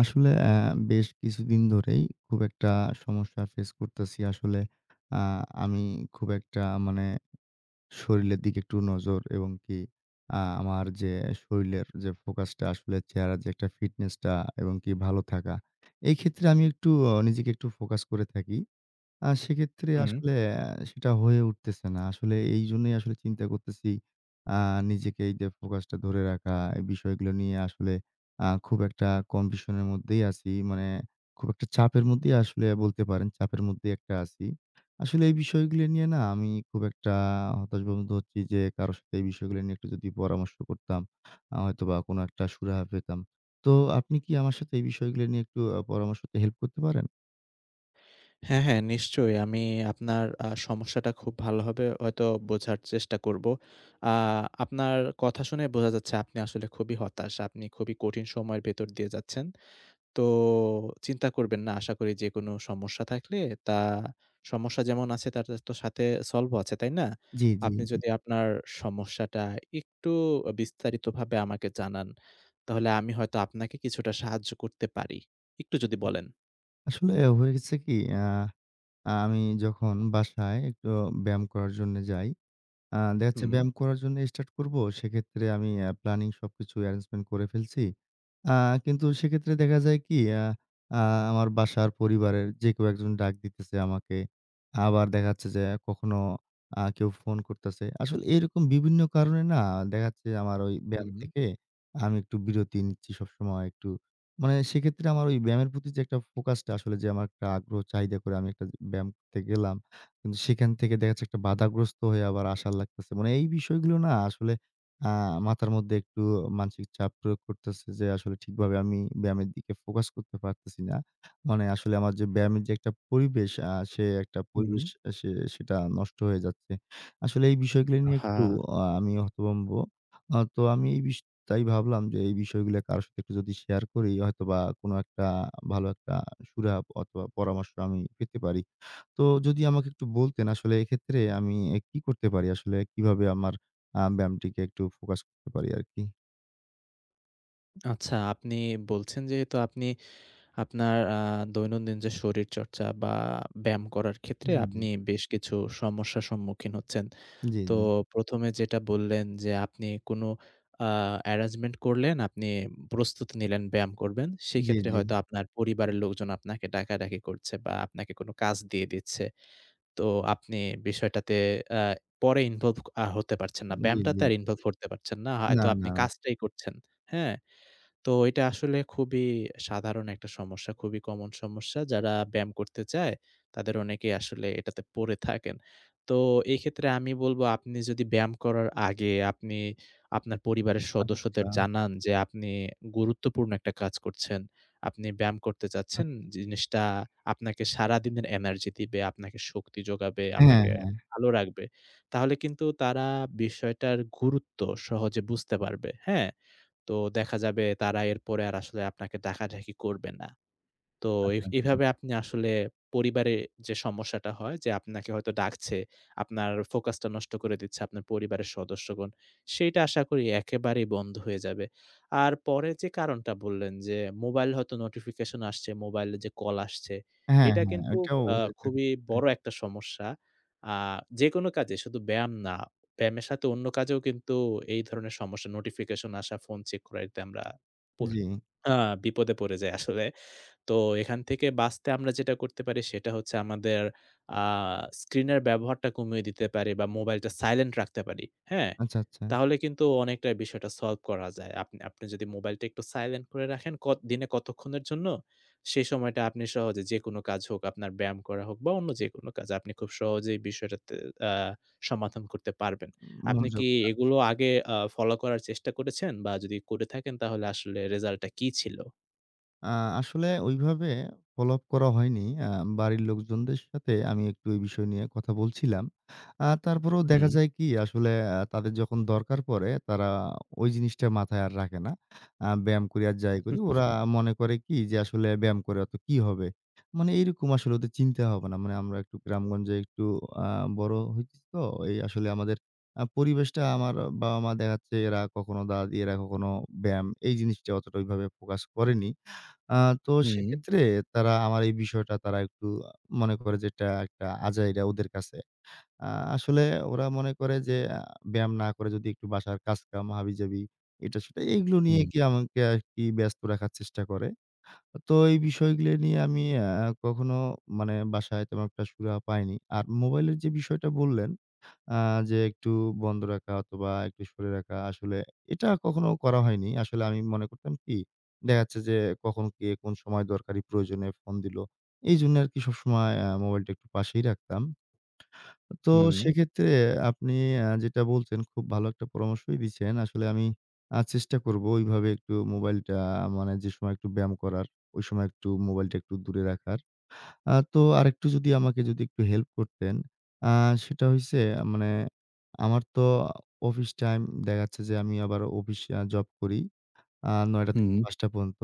আসলে বেশ কিছুদিন ধরেই খুব একটা সমস্যা ফেস করতেছি। আসলে আ আমি খুব একটা মানে শরীলের দিকে একটু নজর এবং কি আমার যে শরীলের যে ফোকাসটা আসলে চেহারার যে একটা ফিটনেসটা এবং কি ভালো থাকা। এই ক্ষেত্রে আমি একটু নিজেকে একটু ফোকাস করে থাকি। সেক্ষেত্রে হুম। আসলে সেটা হয়ে উঠতেছে না। আসলে এইজন্যই আসলে চিন্তা করতেছি আ নিজেকে এই যে ফোকাসটা ধরে রাখা, এই বিষয়গুলো নিয়ে আসলে খুব একটা কনফিউশন এর মধ্যেই আছি। মানে খুব একটা চাপের মধ্যেই আসলে বলতে পারেন চাপের মধ্যেই একটা আছি। আসলে এই বিষয়গুলো নিয়ে না আমি খুব একটা হতাশাগ্রস্ত হচ্ছি যে কারো সাথে এই বিষয়গুলো নিয়ে একটু যদি পরামর্শ করতাম, হয়তোবা কোনো একটা সুরাহা পেতাম। তো আপনি কি আমার সাথে এই বিষয়গুলো নিয়ে একটু পরামর্শতে হেল্প করতে পারেন? হ্যাঁ, হ্যাঁ, নিশ্চয়ই আমি আপনার সমস্যাটা খুব ভালোভাবে হয়তো বোঝার চেষ্টা করব। আ আপনার কথা শুনে বোঝা যাচ্ছে আপনি আসলে খুবই হতাশ। আপনি খুবই কঠিন সময়ের ভেতর দিয়ে যাচ্ছেন। তো চিন্তা করবেন না। আশা করি যেকোনো সমস্যা থাকলে তা সমস্যা যেমন আছে তার তো সাথে সলভ ও আছে, তাই না? জি, জি, আপনি জি। যদি আপনার সমস্যাটা একটু বিস্তারিতভাবে আমাকে জানান, তাহলে আমি হয়তো আপনাকে কিছুটা সাহায্য করতে পারি। একটু যদি বলেন? আসলে হয়ে গেছে কি, আ আমি যখন বাসায় একটু ব্যায়াম করার জন্য যাই, দেখা যাচ্ছে হুম, ব্যায়াম করার জন্য স্টার্ট করব। সেক্ষেত্রে আমি প্ল্যানিং সবকিছু অ্যারেঞ্জমেন্ট করে ফেলছি। আ কিন্তু সেক্ষেত্রে দেখা যায় কি, আ আ আমার বাসার পরিবারের যে কেউ একজন ডাক দিতেছে আমাকে। আবার দেখা যাচ্ছে যে কখনো কেউ ফোন করতেছে। আসলে এরকম বিভিন্ন কারণে না দেখা যাচ্ছে আমার ওই ব্যায়াম হুম, থেকে আমি একটু বিরতি নিচ্ছি সবসময় একটু। মানে সেক্ষেত্রে আমার ওই ব্যায়ামের প্রতি যে একটা ফোকাসটা আসলে যে আমার একটা আগ্রহ চাহিদা করে আমি একটা ব্যায়াম করতে গেলাম। কিন্তু সেখান থেকে দেখা যাচ্ছে একটা বাধাগ্রস্ত হয়ে আবার আশা লাগতেছে। মানে এই বিষয়গুলো না আসলে আ মাথার মধ্যে একটু মানসিক চাপ প্রয়োগ করতেছে যে আসলে ঠিকভাবে আমি ব্যায়ামের দিকে ফোকাস করতে পারতেছি না। মানে আসলে আমার যে ব্যায়ামের যে একটা পরিবেশ আ সে একটা হুম। পরিবেশ আ সে সেটা নষ্ট হয়ে যাচ্ছে। আসলে এই বিষয়গুলো নিয়ে একটু হ্যাঁ, আমি হতভম্ব। আ তো আমি এই বিষ তাই ভাবলাম যে এই বিষয়গুলো কারো সাথে একটু যদি শেয়ার করি হয়তোবা কোনো একটা ভালো একটা সুরাহা অথবা পরামর্শ আমি পেতে পারি। তো যদি আমাকে একটু বলতেন আসলে এক্ষেত্রে আমি এ কি করতে পারি আসলে? কিভাবে আমার ব্যায়ামটিকে একটু ফোকাস করতে পারি আরকি? আচ্ছা আপনি বলছেন যেহেতু আপনি আপনার দৈনন্দিন যে শরীরচর্চা বা ব্যায়াম করার ক্ষেত্রে জি, জি। আপনি বেশ কিছু সমস্যার সম্মুখীন হচ্ছেন। জি, তো জি। ১ম এ যেটা বললেন যে আপনি কোনো আ arrangement করলেন, আপনি প্রস্তুতি নিলেন ব্যায়াম করবেন। জি, সেক্ষেত্রে জি। হয়তো আপনার পরিবারের লোকজন আপনাকে ডাকাডাকি করছে বা আপনাকে কোনো কাজ দিয়ে দিচ্ছে। তো আপনি বিষয়টাতে আ পরে ইনভলভ হতে পারছেন না। জি, ব্যায়ামটাতে জি। আর ইনভলভ হতে পারছেন না। হয়তো না, আপনি না। কাজটাই করছেন। হ্যাঁ? তো এটা আসলে খুবই সাধারণ একটা সমস্যা, খুবই কমন সমস্যা। যারা ব্যায়াম করতে চায়, তাদের অনেকেই আসলে এটাতে পড়ে থাকেন। তো এই ক্ষেত্রে আমি বলব আপনি যদি ব্যায়াম করার আগে আপনি আপনার পরিবারের আচ্ছা, আচ্ছা। সদস্যদের জানান যে আপনি গুরুত্বপূর্ণ একটা কাজ করছেন। আপনি ব্যায়াম করতে চাচ্ছেন। আচ্ছা। জিনিসটা আপনাকে সারাদিনের এনার্জি দিবে, আপনাকে শক্তি যোগাবে, হ্যাঁ, আপনাকে হ্যাঁ। ভালো রাখবে। তাহলে কিন্তু তারা বিষয়টার গুরুত্ব সহজে বুঝতে পারবে। হ্যাঁ? তো দেখা যাবে তারা এরপরে আর আসলে আপনাকে ডাকাডাকি করবে না। তো এ আচ্ছা, আচ্ছা। এভাবে আপনি আসলে পরিবারে যে সমস্যাটা হয় যে আপনাকে হয়তো ডাকছে, আপনার ফোকাসটা নষ্ট করে দিচ্ছে আপনার পরিবারের সদস্যগণ। সেইটা আশা করি একেবারেই বন্ধ হয়ে যাবে। আর পরে যে কারণটা বললেন যে মোবাইল হয়তো নোটিফিকেশন আসছে, মোবাইলে যে কল আসছে, হ্যাঁ, এটা হ্যাঁ। কিন্তু ওইটাও আ হয়ে থাকে। খুবই বড় একটা সমস্যা। আ যেকোনো কাজে শুধু ব্যায়াম না, ব্যায়ামের সাথে অন্য কাজেও কিন্তু এই ধরনের সমস্যা নোটিফিকেশন আসা, ফোন চেক করা এতে আমরা পোর জি। আ বিপদে পড়ে যাই আসলে। তো এখান থেকে বাঁচতে আমরা যেটা করতে পারি সেটা হচ্ছে আমাদের আ স্ক্রিনের ব্যবহারটা কমিয়ে দিতে পারি বা মোবাইলটা সাইলেন্ট রাখতে পারি। হ্যাঁ? আচ্ছা, আচ্ছা। তাহলে কিন্তু অনেকটা বিষয়টা সলভ করা যায়। আপনি আপনি যদি মোবাইলটা একটু সাইলেন্ট করে রাখেন ক দিনে কতক্ষণের জন্য, সেই সময়টা আপনি সহজে যেকোনো কাজ হোক, আপনার ব্যায়াম করা হোক বা অন্য যেকোনো কাজ আপনি খুব সহজেই বিষয়টাতে আ সমাধান করতে পারবেন। আপনি মনোযোগ কি এগুলো আকর্ষণ। আগে ফলো করার চেষ্টা করেছেন? বা যদি করে থাকেন তাহলে আসলে রেজাল্টটা কি ছিল? আ আসলে ওইভাবে ফলো আপ করা হয়নি। আ বাড়ির লোকজনদের সাথে আমি একটু এই বিষয় নিয়ে কথা বলছিলাম। তারপরেও হুম। দেখা হুম, যায় কি আসলে তাদের যখন দরকার পড়ে তারা ওই জিনিসটা মাথায় আর রাখে না। ব্যায়াম করি আর যাই করি। ওরা মনে করে কি যে আসলে ব্যায়াম করে অত কি হবে? মানে এইরকম আসলে ওদের চিন্তা হবে না। মানে আমরা একটু গ্রামগঞ্জে একটু আ বড় হইতেছি তো এই আসলে আমাদের পরিবেশটা আমার বাবা-মা দেখাচ্ছে এরা কখনো দাদা দিয়ে এরা কখনো ব্যায়াম এই জিনিসটা অতটা ওইভাবে ফোকাস করেনি। আ তো হুম, সেক্ষেত্রে তারা আমার এই বিষয়টা তারা একটু মনে করে যে এটা একটা আজাইরা ওদের কাছে। আ আসলে ওরা মনে করে যে ব্যায়াম না করে যদি একটু বাসার কাজকাম হাবিজাবি এটা সেটা এগুলো নিয়ে হুম। কি আমাকে আরকি ব্যস্ত রাখার চেষ্টা করে। তো এই বিষয়গুলো নিয়ে আমি কখনো মানে বাসায় তেমন একটা সুরাহা পাইনি। আর মোবাইলের যে বিষয়টা বললেন, আ যে একটু বন্ধ রাখা অথবা একটু সরে রাখা আসলে এটা কখনো করা হয়নি। আসলে আমি মনে করতাম কি, দেখা যাচ্ছে যে কখন কে কোন সময় দরকারি প্রয়োজনে ফোন দিলো। এইজন্য আরকি সবসময় মোবাইলটা একটু পাশেই রাখতাম। তো হুম, সেক্ষেত্রে আপনি যেটা বলছেন খুব ভালো একটা পরামর্শই দিছেন। আসলে আমি চেষ্টা করবো ওইভাবে একটু মোবাইলটা মানে যে সময় একটু ব্যায়াম করার, ওই সময় একটু মোবাইলটা একটু দূরে রাখার। তো আরেকটু যদি আমাকে যদি একটু হেল্প করতেন। আ সেটা হইছে মানে আমার তো অফিস টাইম দেখা যাচ্ছে যে আমি আবার অফিস জব করি। ৯ টা থেকে হুম। ৫ টা পর্যন্ত।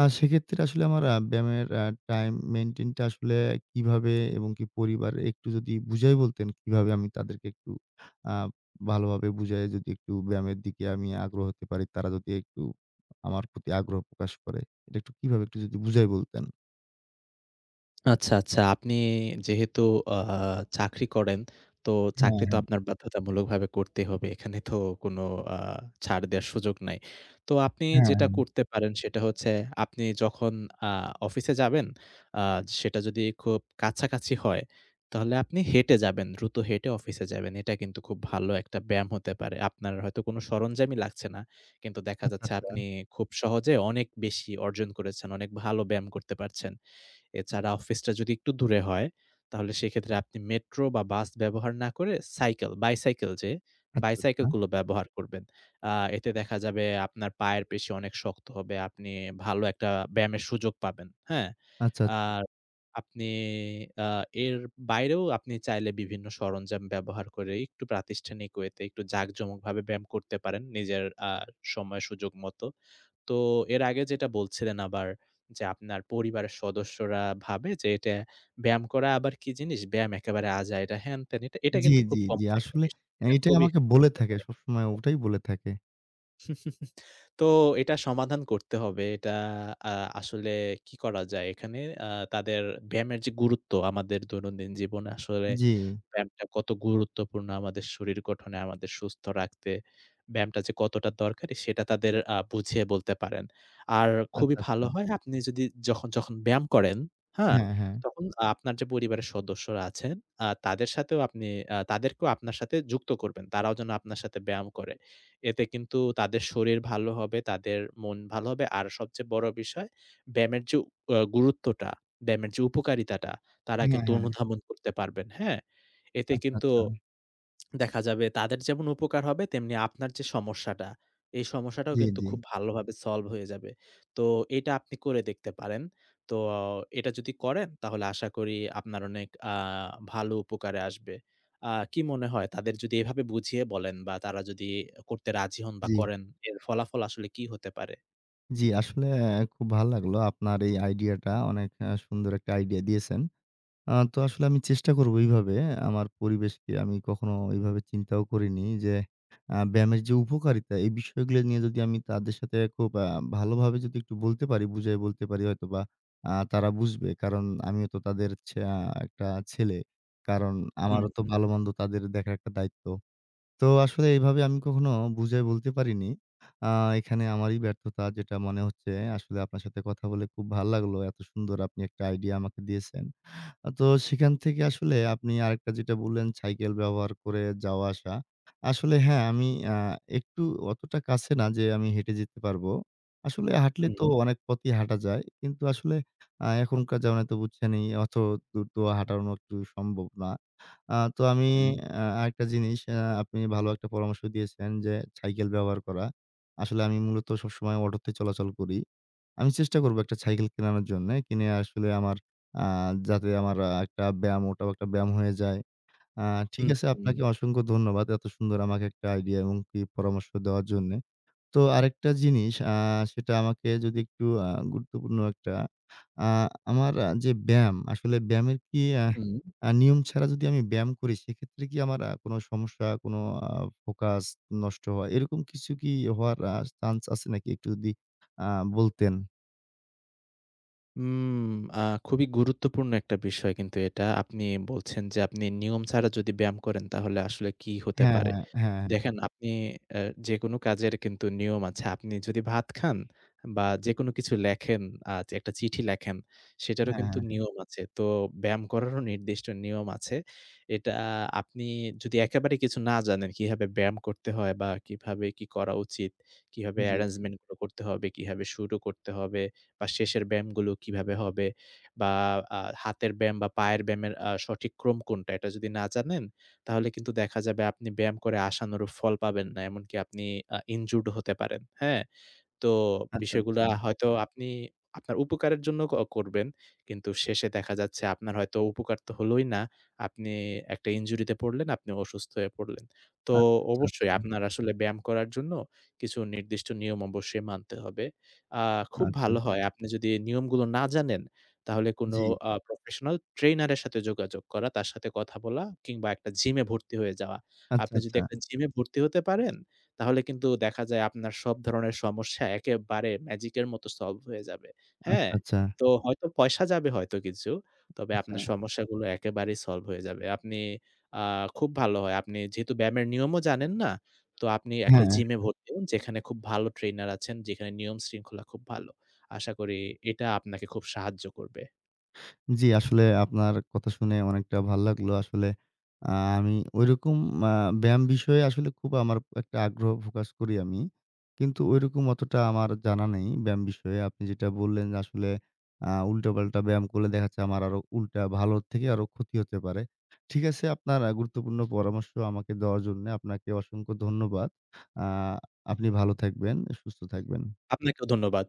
সেক্ষেত্রে আসলে আমার ব্যায়ামের টাইম মেইনটেইন টা আসলে কিভাবে এবং কি পরিবারে একটু যদি বুঝাই বলতেন কিভাবে আমি তাদেরকে একটু আ ভালোভাবে বুঝায়ে যদি একটু ব্যায়ামের দিকে আমি আগ্রহ হতে পারি, তারা যদি একটু আমার প্রতি আগ্রহ প্রকাশ করে। এটা একটু কিভাবে একটু যদি বুঝায় বলতেন? আচ্ছা, আচ্ছা। আপনি যেহেতু আ চাকরি করেন, তো হ্যাঁ, চাকরি তো হ্যাঁ, আপনার বাধ্যতামূলকভাবে করতেই হবে। এখানে তো কোনো আ ছাড় দেওয়ার সুযোগ নাই। তো আপনি হ্যাঁ, হ্যাঁ। যেটা করতে পারেন সেটা হচ্ছে আপনি যখন আ অফিসে যাবেন, আ সেটা যদি খুব কাছাকাছি হয়, তাহলে আপনি হেঁটে যাবেন। দ্রুত হেঁটে অফিসে যাবেন। এটা কিন্তু খুব ভালো একটা ব্যায়াম হতে পারে। আপনার হয়তো কোনো সরঞ্জামই লাগছে না। কিন্তু দেখা আচ্ছা, যাচ্ছে আচ্ছা, আপনি খুব সহজে অনেক বেশি অর্জন করেছেন। অনেক ভালো ব্যায়াম করতে পারছেন। এছাড়া অফিসটা যদি একটু দূরে হয়, তাহলে সেক্ষেত্রে আপনি মেট্রো বা বাস ব্যবহার না করে সাইকেল, বাইসাইকেল যে, আচ্ছা, আচ্ছা, বাইসাইকেল গুলো ব্যবহার করবেন। আ এতে দেখা যাবে আপনার পায়ের পেশি অনেক শক্ত হবে। আপনি ভালো একটা ব্যায়ামের সুযোগ পাবেন। হ্যাঁ? আচ্ছা, আচ্ছা। আর আপনি আ এর বাইরেও আপনি চাইলে বিভিন্ন সরঞ্জাম ব্যবহার করে একটু প্রাতিষ্ঠানিক ওয়েতে একটু জাঁকজমকভাবে ব্যায়াম করতে পারেন নিজের সময় সুযোগ মতো। তো এর আগে যেটা বলছিলেন আবার যে আপনার পরিবারের সদস্যরা ভাবে যে এটা ব্যায়াম করা আবার কি জিনিস? ব্যায়াম একেবারে আজা এটা হ্যান-ত্যান এটা এটা জি, কিন্তু খুব জি, জি। কমন একটা আসলে বিষয়। এটা এটাই খুবই, আমাকে খুবই বলে থাকে কমন একটা সবসময় বিষয়। ওটাই বলে থাকে। তো এটা সমাধান করতে হবে। এটা আ আসলে কি করা যায় এখানে আ তাদের ব্যায়ামের যে গুরুত্ব আমাদের দৈনন্দিন জীবনে আসলে জি। ব্যায়ামটা কত গুরুত্বপূর্ণ আমাদের শরীর গঠনে, আমাদের সুস্থ রাখতে। ব্যায়ামটা যে কতটা দরকারি সেটা তাদের বুঝিয়ে বলতে পারেন। আর খুবই আচ্ছা, আচ্ছা। ভালো হয় আপনি যদি যখন ব্যায়াম করেন, হ্যাঁ? হ্যাঁ, হ্যাঁ। তখন আপনার যে পরিবারের সদস্যরা আছেন, আ তাদের সাথেও আপনি আ তাদেরকেও আপনার সাথে যুক্ত করবেন। তারাও যেন আপনার সাথে ব্যায়াম করে। এতে কিন্তু তাদের শরীর ভালো হবে, তাদের মন ভালো হবে। আর সবচেয়ে বড় বিষয় ব্যায়ামের যে গুরুত্বটা, ব্যায়ামের যে উপকারিতাটা তারা হ্যাঁ, কিন্তু হ্যাঁ। অনুধাবন করতে পারবেন, হ্যাঁ? এতে আচ্ছা, কিন্তু আচ্ছা। দেখা যাবে তাদের যেমন উপকার হবে তেমনি আপনার যে সমস্যাটা, এই সমস্যাটাও জি, কিন্তু জি, খুব ভালোভাবে সলভ হয়ে যাবে। তো এটা আপনি করে দেখতে পারেন। তো এটা যদি করেন তাহলে আশা করি আপনার অনেক ভালো উপকারে আসবে। কি মনে হয় তাদের যদি এভাবে বুঝিয়ে বলেন বা তারা যদি করতে রাজি হন বা জি, করেন এর ফলাফল আসলে কি হতে পারে? জি। আসলে খুব ভাল লাগলো আপনার এই আইডিয়াটা অনেক সুন্দর একটা আইডিয়া দিয়েছেন। তো আসলে আমি চেষ্টা করব এইভাবে আমার পরিবেশকে আমি কখনো এইভাবে চিন্তাও করিনি যে ব্যায়ামের যে উপকারিতা এই বিষয়গুলো নিয়ে যদি আমি তাদের সাথে খুব ভালোভাবে যদি একটু বলতে পারি, বুঝায়ে বলতে পারি হয়তোবা তারা বুঝবে। কারণ আমিও তো তাদের ছে আ একটা ছেলে। কারণ হুম, আমারও তো হুম, ভালো-মন্দ তাদের দেখার একটা দায়িত্ব। তো আসলে এভাবে আমি কখনো বুঝায় বলতে পারিনি। আ এখানে আমারই ব্যর্থতা যেটা মনে হচ্ছে। আসলে আপনার সাথে কথা বলে খুব ভাল লাগলো। এত সুন্দর আপনি একটা আইডিয়া আমাকে দিয়েছেন। তো সেখান থেকে আসলে আপনি আরেকটা যেটা বললেন সাইকেল ব্যবহার করে যাওয়া আসা। আসলে হ্যাঁ, আমি আ একটু অতটা কাছে না যে আমি হেঁটে যেতে পারবো। আসলে হাঁটলে হুম, তো হুম, অনেক পথই হাঁটা যায়। কিন্তু আসলে এখনকার জামানায় তো বুঝছেনই অত দূর তো হাঁটানো একটু সম্ভব না। তো আমি আরেকটা জিনিস আপনি ভালো একটা পরামর্শ দিয়েছেন যে সাইকেল ব্যবহার করা। আসলে আমি মূলত সবসময় অটোতে চলাচল করি। আমি চেষ্টা করব একটা সাইকেল কেনানোর জন্যে। কিনে আসলে আমার আ যাতে আমার একটা ব্যায়াম ওটাও একটা ব্যায়াম হয়ে যায়। আ ঠিক হুম, আছে হুম। আপনাকে অসংখ্য ধন্যবাদ। এত সুন্দর আমাকে একটা আইডিয়া এবং কি পরামর্শ দেওয়ার জন্যে। তো আরেকটা জিনিস, সেটা আমাকে যদি একটু গুরুত্বপূর্ণ একটা আ আমার যে ব্যায়াম, আসলে ব্যায়ামের কি আহ হুম আ নিয়ম ছাড়া যদি আমি ব্যায়াম করি সেক্ষেত্রে কি আমার কোনো সমস্যা, কোনো আ ফোকাস নষ্ট হয় এরকম কিছু কি হওয়ার চান্স আছে নাকি? একটু যদি আ বলতেন। হুম, আ খুবই গুরুত্বপূর্ণ একটা বিষয় কিন্তু এটা। আপনি বলছেন যে আপনি নিয়ম ছাড়া যদি ব্যায়াম করেন তাহলে আসলে কি হতে হ্যাঁ, পারে। হ্যাঁ, হ্যাঁ, দেখেন আপনি অ্যা যেকোনো কাজের কিন্তু নিয়ম আছে। আপনি যদি ভাত খান বা যেকোনো কিছু লেখেন, একটা চিঠি লেখেন, সেটারও হ্যাঁ, হ্যাঁ, কিন্তু হ্যাঁ। নিয়ম আছে। তো ব্যায়াম করারও নির্দিষ্ট নিয়ম আছে। এটা আপনি যদি একেবারে কিছু না জানেন কিভাবে ব্যায়াম করতে হয় বা কিভাবে কি করা উচিত, কিভাবে জি, জি। অ্যারেঞ্জমেন্ট গুলো করতে হবে, কিভাবে শুরু করতে হবে বা শেষের ব্যায়ামগুলো কিভাবে হবে বা হাতের ব্যায়াম বা পায়ের ব্যায়ামের সঠিক ক্রম কোনটা এটা যদি না জানেন তাহলে কিন্তু দেখা যাবে আপনি ব্যায়াম করে আশানুরূপ ফল পাবেন না। এমনকি আপনি ইনজিউরড হতে পারেন। হ্যাঁ? তো আচ্ছা, আচ্ছা। বিষয়গুলা জি। হয়তো আপনি আপনার উপকারের জন্য ক করবেন। কিন্তু শেষে দেখা যাচ্ছে আপনার হয়তো উপকার তো হলোই না। আপনি একটা ইনজুরিতে পড়লেন, আপনি অসুস্থ হয়ে পড়লেন। তো আচ্ছা, আচ্ছা, আচ্ছা। অবশ্যই আপনার আসলে ব্যায়াম করার জন্য কিছু নির্দিষ্ট নিয়ম অবশ্যই মানতে হবে। আ খুব আচ্ছা। ভালো হয় আপনি যদি এই নিয়মগুলো না জানেন, তাহলে কোনো জি। প্রফেশনাল ট্রেইনারের সাথে যোগাযোগ করা, তার সাথে কথা বলা কিংবা একটা জিমে ভর্তি হয়ে যাওয়া। আচ্ছা, আপনি যদি আচ্ছা। একটা জিমে ভর্তি হতে পারেন তাহলে কিন্তু দেখা যায় আপনার সব ধরনের সমস্যা একেবারে ম্যাজিকের মতো সলভ হয়ে যাবে। আচ্ছা, হ্যাঁ? আচ্ছা। তো হয়তো পয়সা যাবে হয়তো কিছু। তবে আচ্ছা। আপনার সমস্যাগুলো একেবারেই সলভ হয়ে যাবে। আপনি আ খুব ভালো হয়। আপনি যেহেতু ব্যায়ামের নিয়মও জানেন না, তো আপনি একটা হ্যাঁ। জিমে ভর্তি হোন যেখানে খুব ভালো ট্রেনার আছেন, যেখানে নিয়ম শৃঙ্খলা খুব ভালো। আশা করি এটা আপনাকে খুব সাহায্য করবে। জি, আসলে আপনার কথা শুনে অনেকটা ভাল লাগলো। আসলে আ আমি ঐরকম আ ব্যায়াম বিষয়ে আসলে খুব আমার একটা আগ্রহ প্রকাশ করি আমি। কিন্তু ঐরকম অতটা আমার জানা নেই ব্যায়াম বিষয়ে। আপনি যেটা বললেন যে আসলে উল্টাপাল্টা ব্যায়াম করলে দেখা যাচ্ছে আমার আরো উল্টা ভালোর থেকে আরো ক্ষতি হতে পারে। ঠিক আছে, আপনার গুরুত্বপূর্ণ পরামর্শ আমাকে দেওয়ার জন্যে আপনাকে অসংখ্য ধন্যবাদ। আ আপনি ভালো থাকবেন, সুস্থ থাকবেন। আপনাকেও ধন্যবাদ।